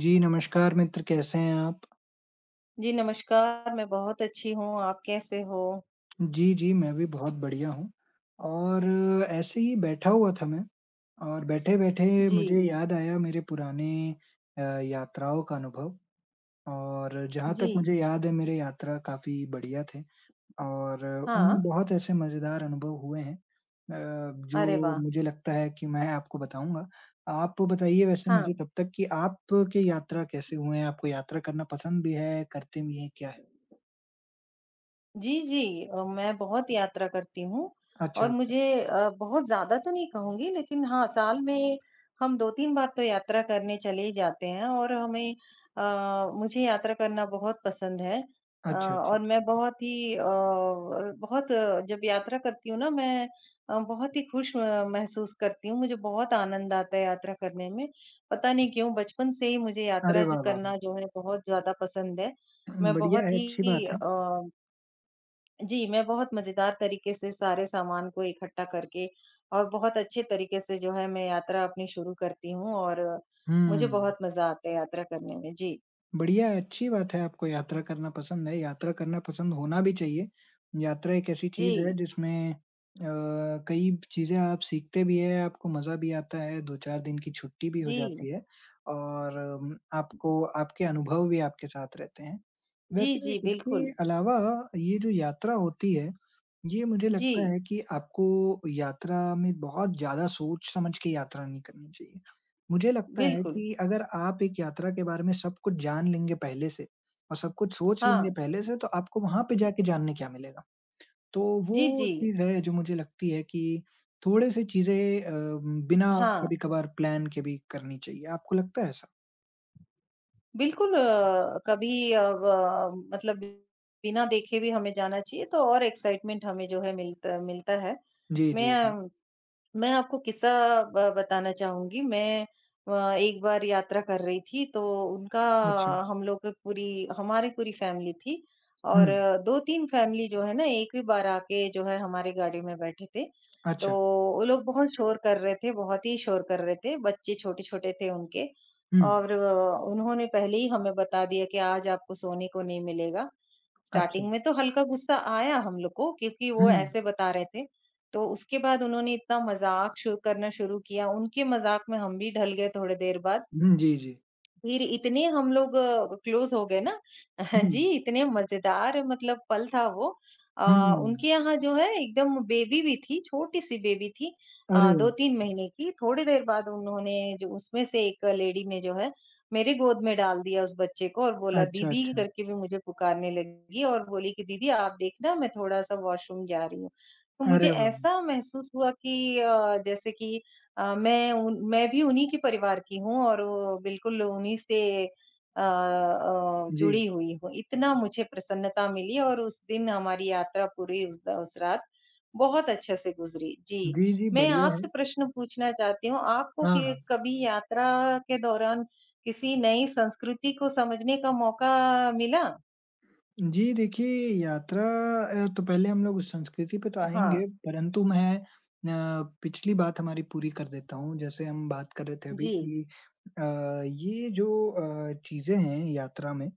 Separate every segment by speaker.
Speaker 1: जी, नमस्कार मित्र कैसे हैं आप?
Speaker 2: जी, नमस्कार, मैं बहुत अच्छी हूँ, आप कैसे हो?
Speaker 1: जी, जी, मैं भी बहुत बढ़िया हूँ और ऐसे ही बैठा हुआ था मैं और बैठे-बैठे
Speaker 2: जी,
Speaker 1: मुझे याद आया मेरे पुराने यात्राओं का अनुभव और जहाँ
Speaker 2: जी।
Speaker 1: तक मुझे याद है मेरे यात्रा काफ़ी बढ़िया थे और
Speaker 2: हाँ,
Speaker 1: उनमें बहुत ऐसे मज़ेदार अनुभव हुए हैं
Speaker 2: अरे
Speaker 1: जो
Speaker 2: वाह!
Speaker 1: मुझे लगता है कि मैं आपको बताऊँगा। आप बताइए वैसे मुझे
Speaker 2: हाँ।
Speaker 1: तब तक कि आपके यात्रा कैसे हुए हैं? आपको यात्रा करना पसंद भी है, करते भी हैं, क्या है?
Speaker 2: जी, जी। मैं बहुत यात्रा करती हूँ
Speaker 1: अच्छा,
Speaker 2: और
Speaker 1: अच्छा।
Speaker 2: मुझे बहुत ज़्यादा तो नहीं कहूँगी लेकिन हाँ, साल में हम 2-3 बार तो यात्रा करने चले ही जाते हैं और हमें मुझे यात्रा करना बहुत पसंद है।
Speaker 1: अच्छा, अच्छा।
Speaker 2: और मैं बहुत ही जब यात्रा करती हूँ ना मैं बहुत ही खुश म महसूस करती हूँ, मुझे बहुत आनंद आता है यात्रा करने में। पता नहीं क्यों बचपन से ही मुझे
Speaker 1: अरे
Speaker 2: यात्रा ज
Speaker 1: वाह, वाह! वाह।
Speaker 2: करना जो है बहुत ज़्यादा पसंद है। मैं
Speaker 1: बढ़िया
Speaker 2: बहुत
Speaker 1: है,
Speaker 2: ही
Speaker 1: अच्छी बात है।
Speaker 2: अ जी, मैं बहुत मज़ेदार तरीके से सारे सामान को इकट्ठा करके और बहुत अच्छे तरीके से जो है मैं यात्रा अपनी शुरू करती हूँ और मुझे
Speaker 1: हुँ,
Speaker 2: बहुत मज़ा आता है यात्रा करने में। जी,
Speaker 1: बढ़िया है, अच्छी बात है आपको यात्रा करना पसंद है, यात्रा करना पसंद होना भी चाहिए। यात्रा एक ऐसी चीज़ है
Speaker 2: जी,
Speaker 1: जिसमें कई चीज़ें आप सीखते भी हैं, आपको मज़ा भी आता है, 2-4 दिन की छुट्टी भी हो
Speaker 2: जी,
Speaker 1: जाती है और आपको आपके अनुभव भी आपके साथ रहते हैं।
Speaker 2: जी,
Speaker 1: वैसे
Speaker 2: जी, बिल्कुल।
Speaker 1: इसके अलावा ये जो यात्रा होती है ये मुझे लगता
Speaker 2: जी,
Speaker 1: है कि आपको यात्रा में बहुत ज़्यादा सोच-समझ के यात्रा नहीं करनी चाहिए। मुझे लगता है
Speaker 2: बिल्कुल।
Speaker 1: कि अगर आप एक यात्रा के बारे में सब कुछ जान लेंगे पहले से और सब कुछ सोच लेंगे
Speaker 2: हाँ।
Speaker 1: पहले से, तो आपको वहाँ पे जाके जानने क्या मिलेगा? तो
Speaker 2: जी,
Speaker 1: वो
Speaker 2: जी।
Speaker 1: चीज़ है जो मुझे लगती है कि थोड़े से चीज़ें बिना
Speaker 2: हाँ,
Speaker 1: कभी-कभार प्लान के भी करनी चाहिए। आपको लगता है ऐसा?
Speaker 2: बिल्कुल, कभी, अ, व मतलब बिना देखे भी हमें जाना चाहिए तो और एक्साइटमेंट हमें जो है मिलता मिलता है।
Speaker 1: जी, जी, जी।
Speaker 2: मैं मैं आपको किस्सा ब बताना चाहूँगी। मैं एक बार यात्रा कर रही थी तो उनका
Speaker 1: अच्छा।
Speaker 2: हम लोग की पूरी हमारी पूरी फैमिली थी
Speaker 1: हुँ।
Speaker 2: और 2-3 फैमिली जो है ना एक ही बार आके जो है हमारी गाड़ी में बैठे थे। तो
Speaker 1: अच्छा।
Speaker 2: वो लोग बहुत शोर कर रहे थे, बहुत ही शोर कर रहे थे। बच्चे छोटे-छोटे थे उनके
Speaker 1: हुँ।
Speaker 2: और उन्होंने पहले ही हमें बता दिया कि आज आपको सोने को नहीं मिलेगा।
Speaker 1: अच्छा।
Speaker 2: स्टार्टिंग में तो हल्का गुस्सा आया हम लोग को क्योंकि वो
Speaker 1: हुँ।
Speaker 2: ऐसे बता रहे थे। तो उसके बाद उन्होंने इतना मज़ाक शु करना शुरू किया, उनके मज़ाक में हम भी ढल गए थोड़ी देर बाद।
Speaker 1: हुँ, जी, जी।
Speaker 2: फिर इतने हम लोग क्लोज हो गए ना।
Speaker 1: हुँ।
Speaker 2: जी, इतने मजेदार मतलब पल था वो।
Speaker 1: हुँ।
Speaker 2: उनके यहाँ जो है एकदम बेबी भी थी छोटी सी बेबी थी,
Speaker 1: अरे वाह!
Speaker 2: 2-3 महीने की। थोड़ी देर बाद उन्होंने जो उसमें से एक लेडी ने जो है मेरे गोद में डाल दिया उस बच्चे को और बोला
Speaker 1: अच्छा,
Speaker 2: दीदी
Speaker 1: अच्छा।
Speaker 2: करके भी मुझे पुकारने लगी और बोली कि दीदी आप देखना मैं थोड़ा सा वॉशरूम जा रही हूँ। तो मुझे
Speaker 1: अरे वाह! वाह!
Speaker 2: ऐसा महसूस हुआ कि जैसे कि मैं भी उन्हीं के परिवार की हूँ और वो बिल्कुल उन्हीं से
Speaker 1: जी।
Speaker 2: जुड़ी हुई हूँ। इतना मुझे प्रसन्नता मिली और उस दिन हमारी यात्रा पूरी उस रात बहुत अच्छे से गुज़री। जी,
Speaker 1: जी, जी,
Speaker 2: मैं
Speaker 1: बढ़िया है।
Speaker 2: आपसे प्रश्न पूछना चाहती हूँ, आपको
Speaker 1: हाँ,
Speaker 2: कि
Speaker 1: हाँ।
Speaker 2: कभी यात्रा के दौरान किसी नई संस्कृति को समझने का मौका मिला?
Speaker 1: जी, देखिए यात्रा तो पहले हम लोग उस संस्कृति पे तो
Speaker 2: हाँ,
Speaker 1: आएँगे, परंतु मैं पिछली बात हमारी पूरी कर देता हूँ। जैसे हम बात कर रहे थे अभी
Speaker 2: जी,
Speaker 1: कि अ, ये जो चीज़ें हैं यात्रा में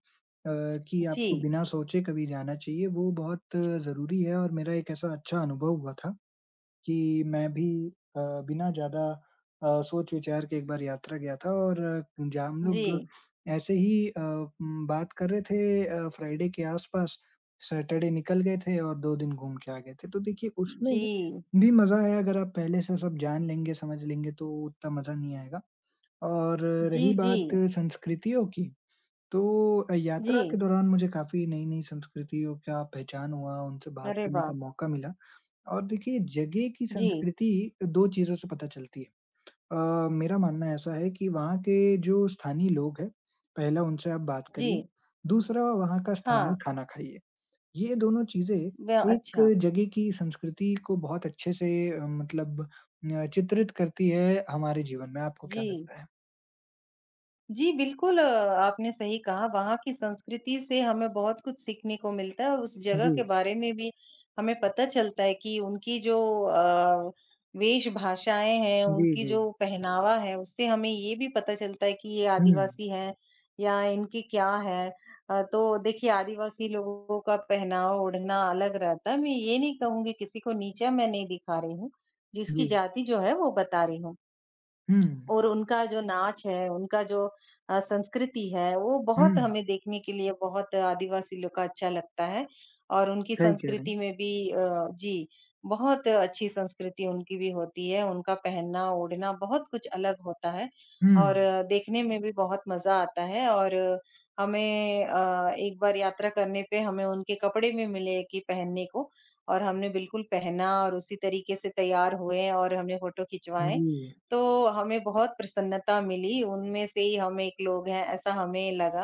Speaker 1: कि आपको
Speaker 2: जी,
Speaker 1: बिना सोचे कभी जाना चाहिए, वो बहुत ज़रूरी है और मेरा एक ऐसा अच्छा अनुभव हुआ था। कि मैं भी अ, बिना ज़्यादा सोच विचार के एक बार यात्रा गया था और जहाँ हम लोग
Speaker 2: जी,
Speaker 1: ऐसे ही बात कर रहे थे फ्राइडे के आस-पास, सैटरडे निकल गए थे और 2 दिन घूम के आ गए थे। तो देखिए उसमें
Speaker 2: जी,
Speaker 1: भी मज़ा है अगर आप पहले से सब जान लेंगे, समझ लेंगे तो उतना मज़ा नहीं आएगा। और
Speaker 2: जी,
Speaker 1: रही
Speaker 2: जी,
Speaker 1: बात संस्कृतियों की, तो
Speaker 2: जी।
Speaker 1: यात्रा के दौरान मुझे काफ़ी नई-नई संस्कृतियों का पहचान हुआ, उनसे बात
Speaker 2: अरे
Speaker 1: करने
Speaker 2: वाह!
Speaker 1: का मौका मिला। और देखिए जगह की
Speaker 2: जी,
Speaker 1: संस्कृति 2 चीज़ों से पता चलती है। अ, मेरा मानना ऐसा है कि वहाँ के जो स्थानीय लोग हैं, पहला उनसे आप बात
Speaker 2: जी।
Speaker 1: करिए, दूसरा वहाँ का
Speaker 2: हाँ,
Speaker 1: स्थानीय खाना खाइए। ये दोनों चीज़ें
Speaker 2: व
Speaker 1: एक
Speaker 2: अच्छा,
Speaker 1: जगह की संस्कृति को बहुत अच्छे से मतलब न चित्रित करती है हमारे जीवन में। आपको क्या
Speaker 2: जी।
Speaker 1: लगता है?
Speaker 2: जी, बिल्कुल, आपने सही कहा, वहाँ की संस्कृति से हमें बहुत कुछ सीखने को मिलता है और उस जगह के
Speaker 1: जी,
Speaker 2: बारे में भी हमें पता चलता है कि उनकी जो अ, वेशभाषाएँ हैं,
Speaker 1: जी,
Speaker 2: उनकी
Speaker 1: जी।
Speaker 2: जो पहनावा है, उससे हमें ये भी पता चलता है कि ये
Speaker 1: हुँ,
Speaker 2: आदिवासी हैं या इनकी क्या है। तो देखिए आदिवासी लोगों का पहनावा, ओढ़ना अलग रहता है। मैं ये नहीं कहूँगी किसी को नीचा मैं नहीं दिखा रही हूँ, जिसकी
Speaker 1: जी।
Speaker 2: जाति जो है वो बता रही हूँ।
Speaker 1: हुँ,
Speaker 2: और उनका जो नाच है, उनका जो संस्कृति है, वो
Speaker 1: हुँ,
Speaker 2: बहुत हमें देखने के लिए बहुत आदिवासी लोग का अच्छा लगता है और उनकी
Speaker 1: सही कह रहे
Speaker 2: संस्कृति
Speaker 1: हैं।
Speaker 2: में भी, जी, बहुत अच्छी संस्कृति उनकी भी होती है, उनका पहनना-ओढ़ना बहुत कुछ अलग होता है
Speaker 1: हुँ,
Speaker 2: और देखने में भी बहुत मज़ा आता है और हमें एक बार यात्रा करने पे हमें उनके कपड़े भी मिले कि पहनने को और हमने बिल्कुल पहना और उसी तरीके से तैयार हुए और हमने फ़ोटो खिंचवाएँ।
Speaker 1: जी,
Speaker 2: तो हमें बहुत प्रसन्नता मिली, उनमें से ही हम एक लोग हैं, ऐसा हमें लगा।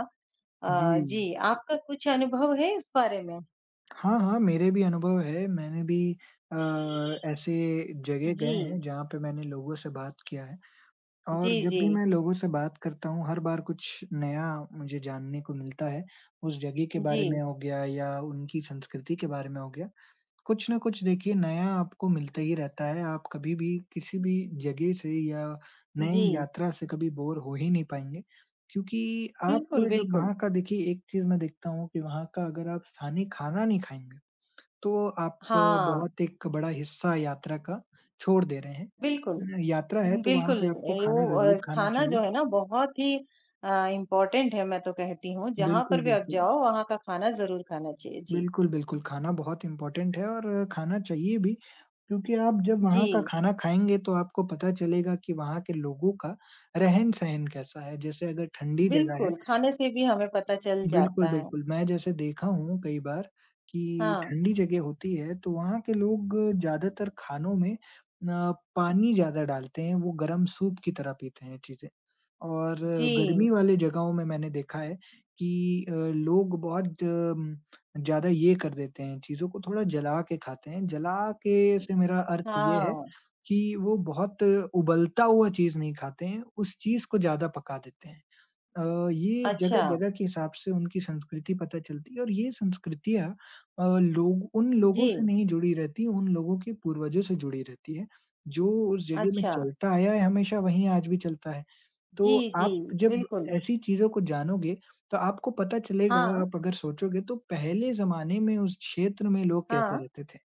Speaker 1: जी।
Speaker 2: जी, आपका कुछ अनुभव है इस बारे में?
Speaker 1: हाँ, हाँ, मेरे भी अनुभव है। मैंने भी अ, ऐसे जगह गए
Speaker 2: जी।
Speaker 1: हैं जहाँ पे मैंने लोगों से बात किया है
Speaker 2: जी,
Speaker 1: और जब
Speaker 2: जी।
Speaker 1: भी मैं लोगों से बात करता हूँ, हर बार कुछ नया मुझे जानने को मिलता है। उस जगह के
Speaker 2: जी,
Speaker 1: बारे में हो गया या उनकी संस्कृति के बारे में हो गया। कुछ न कुछ देखिए नया आपको मिलता ही रहता है। आप कभी भी किसी भी जगह से या
Speaker 2: जी।
Speaker 1: नई यात्रा से कभी बोर हो ही नहीं पाएँगे। क्योंकि आप
Speaker 2: बिल्कुल,
Speaker 1: जब
Speaker 2: बिल्कुल।
Speaker 1: वहाँ का देखिए एक चीज़ मैं देखता हूँ कि वहाँ का अगर आप स्थानीय खाना नहीं खाएँगे तो आप
Speaker 2: हाँ,
Speaker 1: बहुत एक बड़ा हिस्सा यात्रा का छोड़ दे रहे
Speaker 2: बिल्कुल।
Speaker 1: हैं। यात्रा है तो वहाँ
Speaker 2: बिल्कुल,
Speaker 1: पे आपको
Speaker 2: वो,
Speaker 1: खाना ज़रूर खाना
Speaker 2: खाना जो
Speaker 1: चाहिए।
Speaker 2: है ना बहुत ही इम्पोर्टेंट है, मैं तो कहती हूँ, जहाँ
Speaker 1: बिल्कुल,
Speaker 2: पर भी आप
Speaker 1: बिल्कुल।
Speaker 2: जाओ वहाँ का खाना ज़रूर खाना चाहिए। जी।
Speaker 1: बिल्कुल, बिल्कुल खाना बहुत इम्पोर्टेंट है और खाना चाहिए भी क्योंकि आप जब
Speaker 2: जी,
Speaker 1: वहाँ का खाना खाएँगे तो आपको पता चलेगा कि वहाँ के लोगों का रहन-सहन कैसा है। जैसे अगर ठंडी जगह है
Speaker 2: बिल्कुल, खाने से भी हमें पता चल
Speaker 1: बिल्कुल,
Speaker 2: जाता है।
Speaker 1: बिल्कुल। मैं जैसे देखा हूँ कई बार कि
Speaker 2: हाँ,
Speaker 1: ठंडी जगह होती है तो वहाँ के लोग ज़्यादातर खानों में पानी ज़्यादा डालते हैं, वो गरम सूप की तरह पीते हैं चीज़ें। और
Speaker 2: जी।
Speaker 1: गर्मी वाले जगहों में मैंने देखा है कि लोग बहुत ज़्यादा ये कर देते हैं, चीज़ों को थोड़ा जला के खाते हैं। जला के से मेरा अर्थ ये है
Speaker 2: हाँ।
Speaker 1: कि वो बहुत उबलता हुआ चीज़ नहीं खाते हैं, उस चीज़ को ज़्यादा पका देते हैं। ये
Speaker 2: अच्छा,
Speaker 1: जगह-जगह के हिसाब से उनकी संस्कृति पता चलती है और ये संस्कृतियाँ लोग उन लोगों से
Speaker 2: जी,
Speaker 1: नहीं जुड़ी रहती, उन लोगों के पूर्वजों से जुड़ी रहती है, जो उस जगह में
Speaker 2: अच्छा,
Speaker 1: चलता आया है हमेशा वहीं आज भी चलता है। तो
Speaker 2: जी, जी,
Speaker 1: आप जब
Speaker 2: बिल्कुल।
Speaker 1: ऐसी चीज़ों को जानोगे, तो आपको पता चलेगा
Speaker 2: हाँ,
Speaker 1: आप अगर सोचोगे तो पहले ज़माने में उस क्षेत्र में लोग कैसे
Speaker 2: हाँ,
Speaker 1: रहते थे।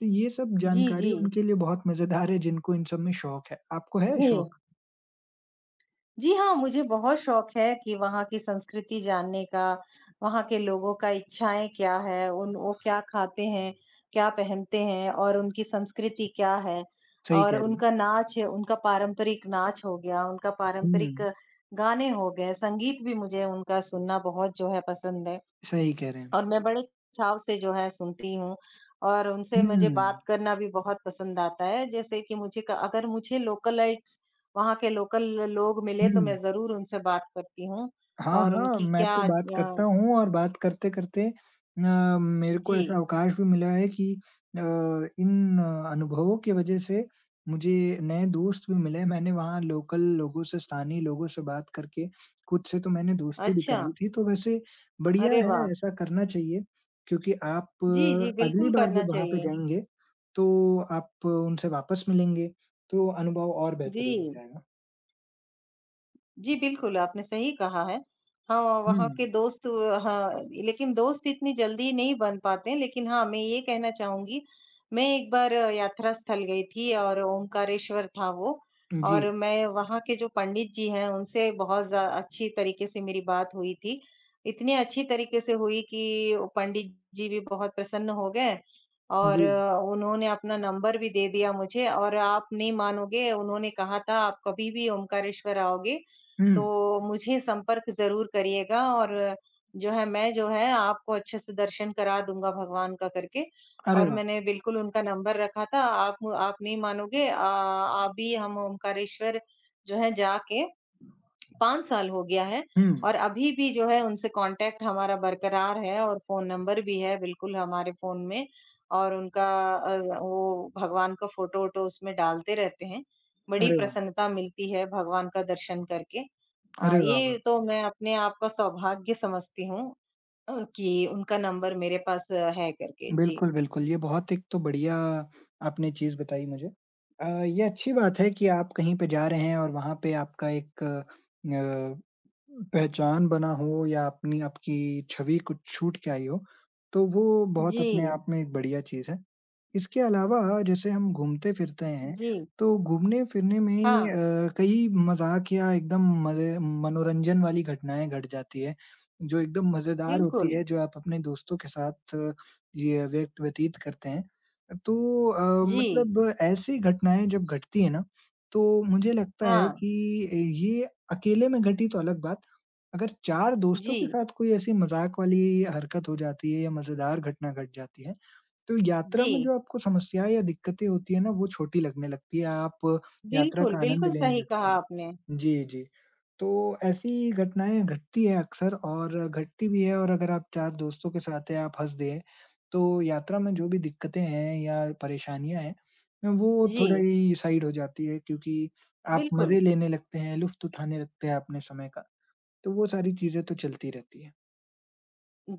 Speaker 1: तो ये सब
Speaker 2: जी,
Speaker 1: जानकारी
Speaker 2: जी,
Speaker 1: उनके लिए बहुत मज़ेदार है जिनको इन सब में शौक है। आपको है
Speaker 2: जी।
Speaker 1: शौक?
Speaker 2: जी हाँ, मुझे बहुत शौक है कि वहाँ की संस्कृति जानने का, वहाँ के लोगों का इच्छाएँ क्या है, उन वो क्या खाते हैं, क्या पहनते हैं और उनकी संस्कृति क्या है
Speaker 1: सही
Speaker 2: और
Speaker 1: कह रहे हैं।
Speaker 2: उनका नाच है, उनका पारंपरिक नाच हो गया, उनका पारंपरिक
Speaker 1: हुँ,
Speaker 2: गाने हो गए, संगीत भी मुझे उनका सुनना बहुत जो है पसंद है।
Speaker 1: सही कह रहे हैं।
Speaker 2: और मैं बड़े चाव से जो है सुनती हूँ और उनसे मुझे
Speaker 1: हुँ।
Speaker 2: बात करना भी बहुत पसंद आता है। जैसे कि मुझे क अगर मुझे लोकलाइट्स वहाँ के लोकल लोग मिले
Speaker 1: हुँ।
Speaker 2: तो मैं ज़रूर उनसे बात करती हूँ
Speaker 1: हाँ,
Speaker 2: और
Speaker 1: हाँ,
Speaker 2: उनकी
Speaker 1: मैं
Speaker 2: क्या,
Speaker 1: तो बात करता हूँ और बात करते-करते मेरे को ऐसा
Speaker 2: जी,
Speaker 1: अवकाश भी मिला है कि अ, इन अनुभवों की वजह से मुझे नए दोस्त भी मिले। मैंने वहाँ लोकल लोगों से, स्थानीय लोगों से बात करके कुछ से तो मैंने दोस्ती भी
Speaker 2: अच्छा,
Speaker 1: कर ली थी। तो वैसे बढ़िया
Speaker 2: अरे वाह!
Speaker 1: है, ऐसा करना चाहिए क्योंकि आप
Speaker 2: जी, जी,
Speaker 1: अगली
Speaker 2: बिल्कुल
Speaker 1: बार
Speaker 2: करना
Speaker 1: जब वहाँ पे
Speaker 2: चाहिए।
Speaker 1: जाएँगे, तो आप उनसे वापस मिलेंगे, तो अनुभव और बेहतरीन हो
Speaker 2: जी।
Speaker 1: जाएगा।
Speaker 2: जी, बिल्कुल, आपने सही कहा है। हाँ,
Speaker 1: हुँ,
Speaker 2: वहाँ के दोस्त, हाँ, लेकिन दोस्त इतनी जल्दी नहीं बन पाते हैं, लेकिन हाँ, मैं ये कहना चाहूँगी, मैं एक बार यात्रा स्थल गई थी और ओंकारेश्वर था वो
Speaker 1: जी,
Speaker 2: और मैं वहाँ के जो पंडित जी हैं, उनसे बहुत ज़्या अच्छी तरीके से मेरी बात हुई थी। इतनी अच्छी तरीके से हुई कि वो पंडित जी भी बहुत प्रसन्न हो गए और
Speaker 1: जी।
Speaker 2: उन्होंने अपना नंबर भी दे दिया मुझे और आप नहीं मानोगे, उन्होंने कहा था, "आप कभी भी ओंकारेश्वर आओगे,
Speaker 1: हुँ।
Speaker 2: तो मुझे संपर्क ज़रूर करिएगा और जो है मैं जो है आपको अच्छे से दर्शन करा दूँगा भगवान का करके।
Speaker 1: अरे
Speaker 2: और
Speaker 1: वाह!
Speaker 2: मैंने बिल्कुल उनका नंबर रखा था। आप नहीं मानोगे, अभी हम ओंकारेश्वर जो है जाके 5 साल हो गया है
Speaker 1: हुँ,
Speaker 2: और अभी भी जो है उनसे कांटेक्ट हमारा बरकरार है और फ़ोन नंबर भी है बिल्कुल हमारे फ़ोन में और उनका अ, वो भगवान का फ़ोटो-वोटो उसमें डालते रहते हैं। बड़ी
Speaker 1: अरे वाह!
Speaker 2: प्रसन्नता मिलती है भगवान का दर्शन करके।
Speaker 1: अरे वाह,
Speaker 2: ये
Speaker 1: वाह!
Speaker 2: तो मैं अपने आप का सौभाग्य समझती हूँ, कि उनका नंबर मेरे पास है करके। जी।
Speaker 1: बिल्कुल, बिल्कुल, ये बहुत एक तो बढ़िया आपने चीज़ बताई मुझे। ये अच्छी बात है कि आप कहीं पे जा रहे हैं और वहाँ पे आपका एक पहचान बना हो या अपनी आपकी छवि कुछ छूट के आई हो, तो वो बहुत अपने
Speaker 2: जी,
Speaker 1: आप में एक बढ़िया चीज़ है। इसके अलावा जैसे हम घूमते-फिरते हैं,
Speaker 2: जी।
Speaker 1: तो घूमने-फिरने में ही
Speaker 2: हाँ,
Speaker 1: कई मज़ाक या एकदम मज़े मनोरंजन वाली घटनाएँ घट जाती है, जो एकदम मज़ेदार होती
Speaker 2: बिल्कुल।
Speaker 1: है, जो आप अपने दोस्तों के साथ ये व्यक्त व्यतीत करते हैं। तो
Speaker 2: जी,
Speaker 1: मतलब ऐसी घटनाएँ जब घटती है ना, तो मुझे लगता है
Speaker 2: हाँ।
Speaker 1: कि ये अकेले में घटी तो अलग बात अगर 4 दोस्तों के
Speaker 2: जी,
Speaker 1: साथ कोई ऐसी मज़ाक वाली हरकत हो जाती है या मज़ेदार घटना घट जाती है, तो यात्रा
Speaker 2: जी।
Speaker 1: में जो आपको समस्याएँ या दिक्कतें होती हैं ना, वो छोटी लगने लगती है, आप यात्रा
Speaker 2: बिल्कुल,
Speaker 1: का आनंद
Speaker 2: बिल्कुल
Speaker 1: लेने
Speaker 2: सही
Speaker 1: लगते
Speaker 2: कहा
Speaker 1: हैं।
Speaker 2: आपने।
Speaker 1: जी, जी। तो ऐसी घटनाएँ घटती है अक्सर और घटती भी है और अगर आप 4 दोस्तों के साथ हैं, आप हँस दिए, तो यात्रा में जो भी दिक्कतें हैं या परेशानियाँ हैं, वो
Speaker 2: जी,
Speaker 1: थोड़ी साइड हो जाती है क्योंकि आप
Speaker 2: बिल्कुल।
Speaker 1: मज़े लेने लगते हैं, लुफ़्त उठाने लगते हैं अपने समय का। तो वो सारी चीज़ें तो चलती रहती हैं।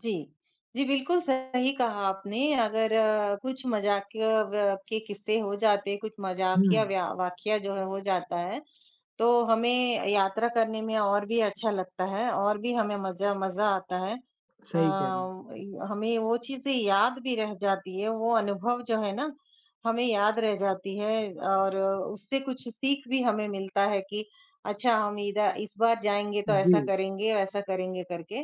Speaker 2: जी। जी, बिल्कुल सही कहा आपने। अगर कुछ मज़ाकिया व के किस्से हो जाते, कुछ
Speaker 1: हुँ,
Speaker 2: मज़ाकिया व्या वाक़या जो है हो जाता है, तो हमें यात्रा करने में और भी अच्छा लगता है और भी हमें मज़ा मज़ा आता है। अ,
Speaker 1: सही कह रहे हैं।
Speaker 2: इ हमें वो चीज़ें याद भी रह जाती है, वो अनुभव जो है ना, हमें याद रह जाती है और उससे कुछ सीख भी हमें मिलता है कि अच्छा हम इदा इस बार जाएँगे तो
Speaker 1: जी,
Speaker 2: ऐसा करेंगे, वैसा करेंगे करके।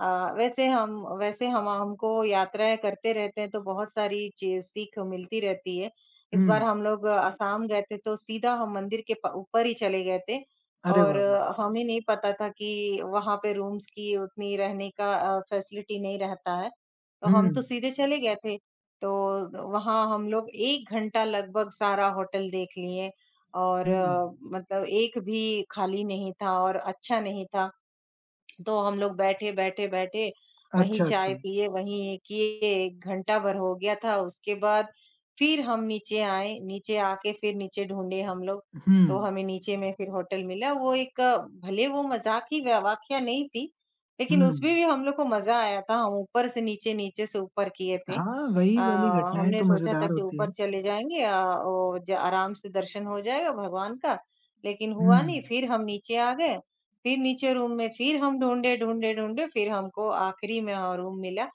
Speaker 2: अ, वैसे हम हमको यात्राएँ करते रहते हैं तो बहुत सारी चीज़ सीख मिलती रहती है। इस
Speaker 1: हुँ,
Speaker 2: बार हम लोग आसाम गए थे तो सीधा हम मंदिर के प ऊपर ही चले गए थे
Speaker 1: अरे
Speaker 2: और
Speaker 1: वाह! वाह!
Speaker 2: हमें नहीं पता था कि वहाँ पे रूम्स की उतनी रहने का फैसिलिटी नहीं रहता है। तो
Speaker 1: हुँ,
Speaker 2: हम तो सीधे चले गए थे। तो वहाँ हम लोग 1 घंटा लगभग सारा होटल देख लिए और
Speaker 1: हुँ,
Speaker 2: मतलब एक भी खाली नहीं था और अच्छा नहीं था। तो हम लोग बैठे, बैठे, बैठे वहीं
Speaker 1: अच्छा, अच्छा।
Speaker 2: चाय पिए, वहीं ये किए 1 घंटा भर हो गया था। उसके बाद फिर हम नीचे आए, नीचे आके फिर नीचे ढूँढे हम लोग,
Speaker 1: हुँ,
Speaker 2: तो हमें नीचे में फिर होटल मिला। वो भले वो मज़ाक की व वाकया नहीं थी, लेकिन
Speaker 1: हुँ,
Speaker 2: उसमें भी हम लोग को मज़ा आया था। हम ऊपर से नीचे, नीचे से ऊपर किए थे।
Speaker 1: हाँ, वही
Speaker 2: अ,
Speaker 1: वाली घटनाएँ
Speaker 2: हमने
Speaker 1: तो
Speaker 2: सोचा था
Speaker 1: मज़ेदार
Speaker 2: कि
Speaker 1: होती
Speaker 2: ऊपर
Speaker 1: हैं।
Speaker 2: चले जाएँगे, वो ज आराम से दर्शन हो जाएगा भगवान का, लेकिन हुआ नहीं।
Speaker 1: हुँ,
Speaker 2: फिर हम नीचे आ गए, फिर नीचे रूम में फिर हम ढूँढे, ढूँढे, ढूँढे, फिर हमको आखिरी में रूम मिला।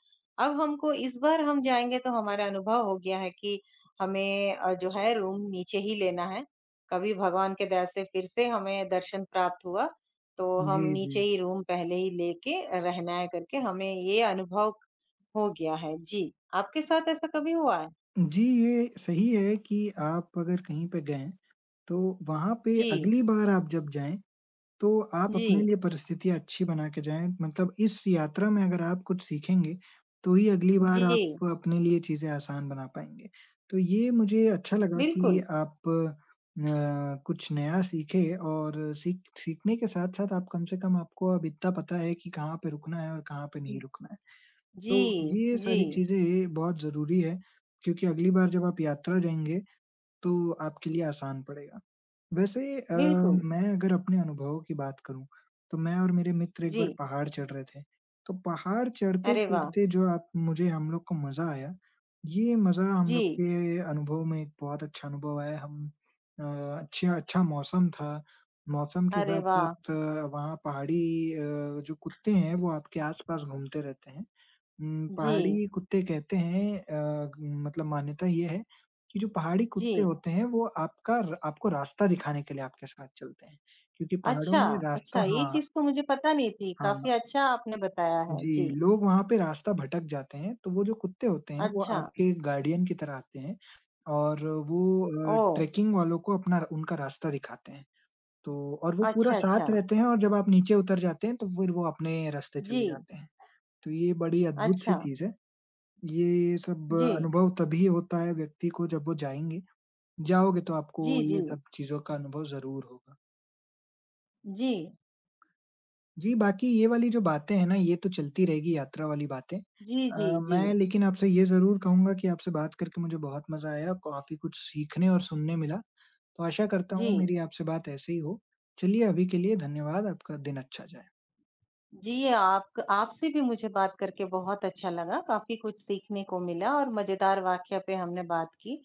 Speaker 2: अब हमको इस बार हम जाएँगे तो हमारा अनुभव हो गया है कि हमें जो है रूम नीचे ही लेना है। कभी भगवान की दया से फिर से हमें दर्शन प्राप्त हुआ, तो हम
Speaker 1: जी, जी।
Speaker 2: नीचे ही रूम पहले ही लेके रहना है करके हमें ये अनुभव हो गया है। जी, आपके साथ ऐसा कभी हुआ है?
Speaker 1: जी, ये सही है कि आप अगर कहीं पे गए, तो वहाँ पे
Speaker 2: जी,
Speaker 1: अगली बार आप जब जाएँ तो आप अपने
Speaker 2: जी,
Speaker 1: लिए परिस्थितियाँ अच्छी बना के जाएँ, मतलब इस यात्रा में अगर आप कुछ सीखेंगे, तो ही अगली बार
Speaker 2: जी,
Speaker 1: आप अपने लिए चीज़ें आसान बना पाएँगे। तो ये मुझे अच्छा लगा कि
Speaker 2: बिल्कुल।
Speaker 1: आप कुछ नया सीखे और सीखने के साथ-साथ आप कम से कम आपको अब इतना पता है कि कहाँ पे रुकना है और कहाँ पे नहीं रुकना है।
Speaker 2: जी,
Speaker 1: तो ये
Speaker 2: जी,
Speaker 1: सारी चीज़ें बहुत ज़रूरी है, क्योंकि अगली बार जब आप यात्रा जाएँगे, तो आपके लिए आसान पड़ेगा। वैसे
Speaker 2: बिल्कुल।
Speaker 1: मैं अगर अपने अनुभव की बात करूँ, तो मैं और मेरे मित्र एक बार
Speaker 2: जी,
Speaker 1: पहाड़ चढ़ रहे थे। तो पहाड़
Speaker 2: अरे वाह!
Speaker 1: चढ़ते-चढ़ते जो आप मुझे हम लोग को मज़ा आया, ये मज़ा हम लोग
Speaker 2: जी।
Speaker 1: के अनुभव में एक बहुत अच्छा अनुभव आया। हम अ, अच्छे अच्छा मौसम था। मौसम के
Speaker 2: अरे वाह!
Speaker 1: साथ-साथ वहाँ पहाड़ी जो कुत्ते हैं वो आपके आस-पास घूमते रहते हैं।
Speaker 2: जी,
Speaker 1: पहाड़ी कुत्ते कहते हैं मतलब मान्यता ये है कि जो पहाड़ी
Speaker 2: जी।
Speaker 1: कुत्ते होते हैं वो आपका र आपको रास्ता दिखाने के लिए आपके साथ चलते हैं, क्योंकि पहाड़ों
Speaker 2: अच्छा,
Speaker 1: में रास्ता
Speaker 2: अच्छा ये
Speaker 1: हाँ,
Speaker 2: चीज़ तो मुझे पता नहीं थी, काफ़ी
Speaker 1: हाँ।
Speaker 2: अच्छा आपने बताया है। जी,
Speaker 1: जी, लोग वहाँ पे रास्ता भटक जाते हैं, तो वो जो कुत्ते होते हैं वो
Speaker 2: अच्छा।
Speaker 1: आपके गार्डियन की तरह आते हैं और वो
Speaker 2: ओह!
Speaker 1: ट्रेकिंग वालों को अपना उनका रास्ता दिखाते हैं। तो और वो पूरा
Speaker 2: अच्छा, अच्छा।
Speaker 1: साथ रहते हैं और जब आप नीचे उतर जाते हैं तो फिर वो अपने रास्ते चले
Speaker 2: जी,
Speaker 1: जाते हैं। तो ये बड़ी अद्भुत-सी
Speaker 2: अच्छा।
Speaker 1: चीज़ है। ये सब
Speaker 2: जी,
Speaker 1: अनुभव तभी होता है व्यक्ति को जब वो जाएँगे। जाओगे तो आपको
Speaker 2: जी, जी।
Speaker 1: ये सब चीज़ों का अनुभव ज़रूर होगा।
Speaker 2: जी,
Speaker 1: जी, बाकी ये वाली जो बातें हैं ना, ये तो चलती रहेगी यात्रा वाली बातें।
Speaker 2: जी, जी, जी।
Speaker 1: मैं लेकिन आपसे ये ज़रूर कहूँगा कि आपसे बात करके मुझे बहुत मज़ा आया, काफ़ी कुछ सीखने और सुनने मिला। तो आशा करता हूँ
Speaker 2: जी,
Speaker 1: मेरी आपसे बात ऐसे ही हो। चलिए अभी के लिए धन्यवाद, आपका दिन अच्छा जाए।
Speaker 2: जी, आपक आपसे भी मुझे बात करके बहुत अच्छा लगा, काफ़ी कुछ सीखने को मिला और मज़ेदार वाक़या पे हमने बात की।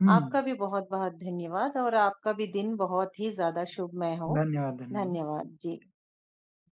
Speaker 1: हुँ,
Speaker 2: आपका भी बहुत-बहुत धन्यवाद और आपका भी दिन बहुत ही ज़्यादा शुभमय हो।
Speaker 1: धन्यवाद, धन्यवाद।
Speaker 2: धन्यवाद। जी।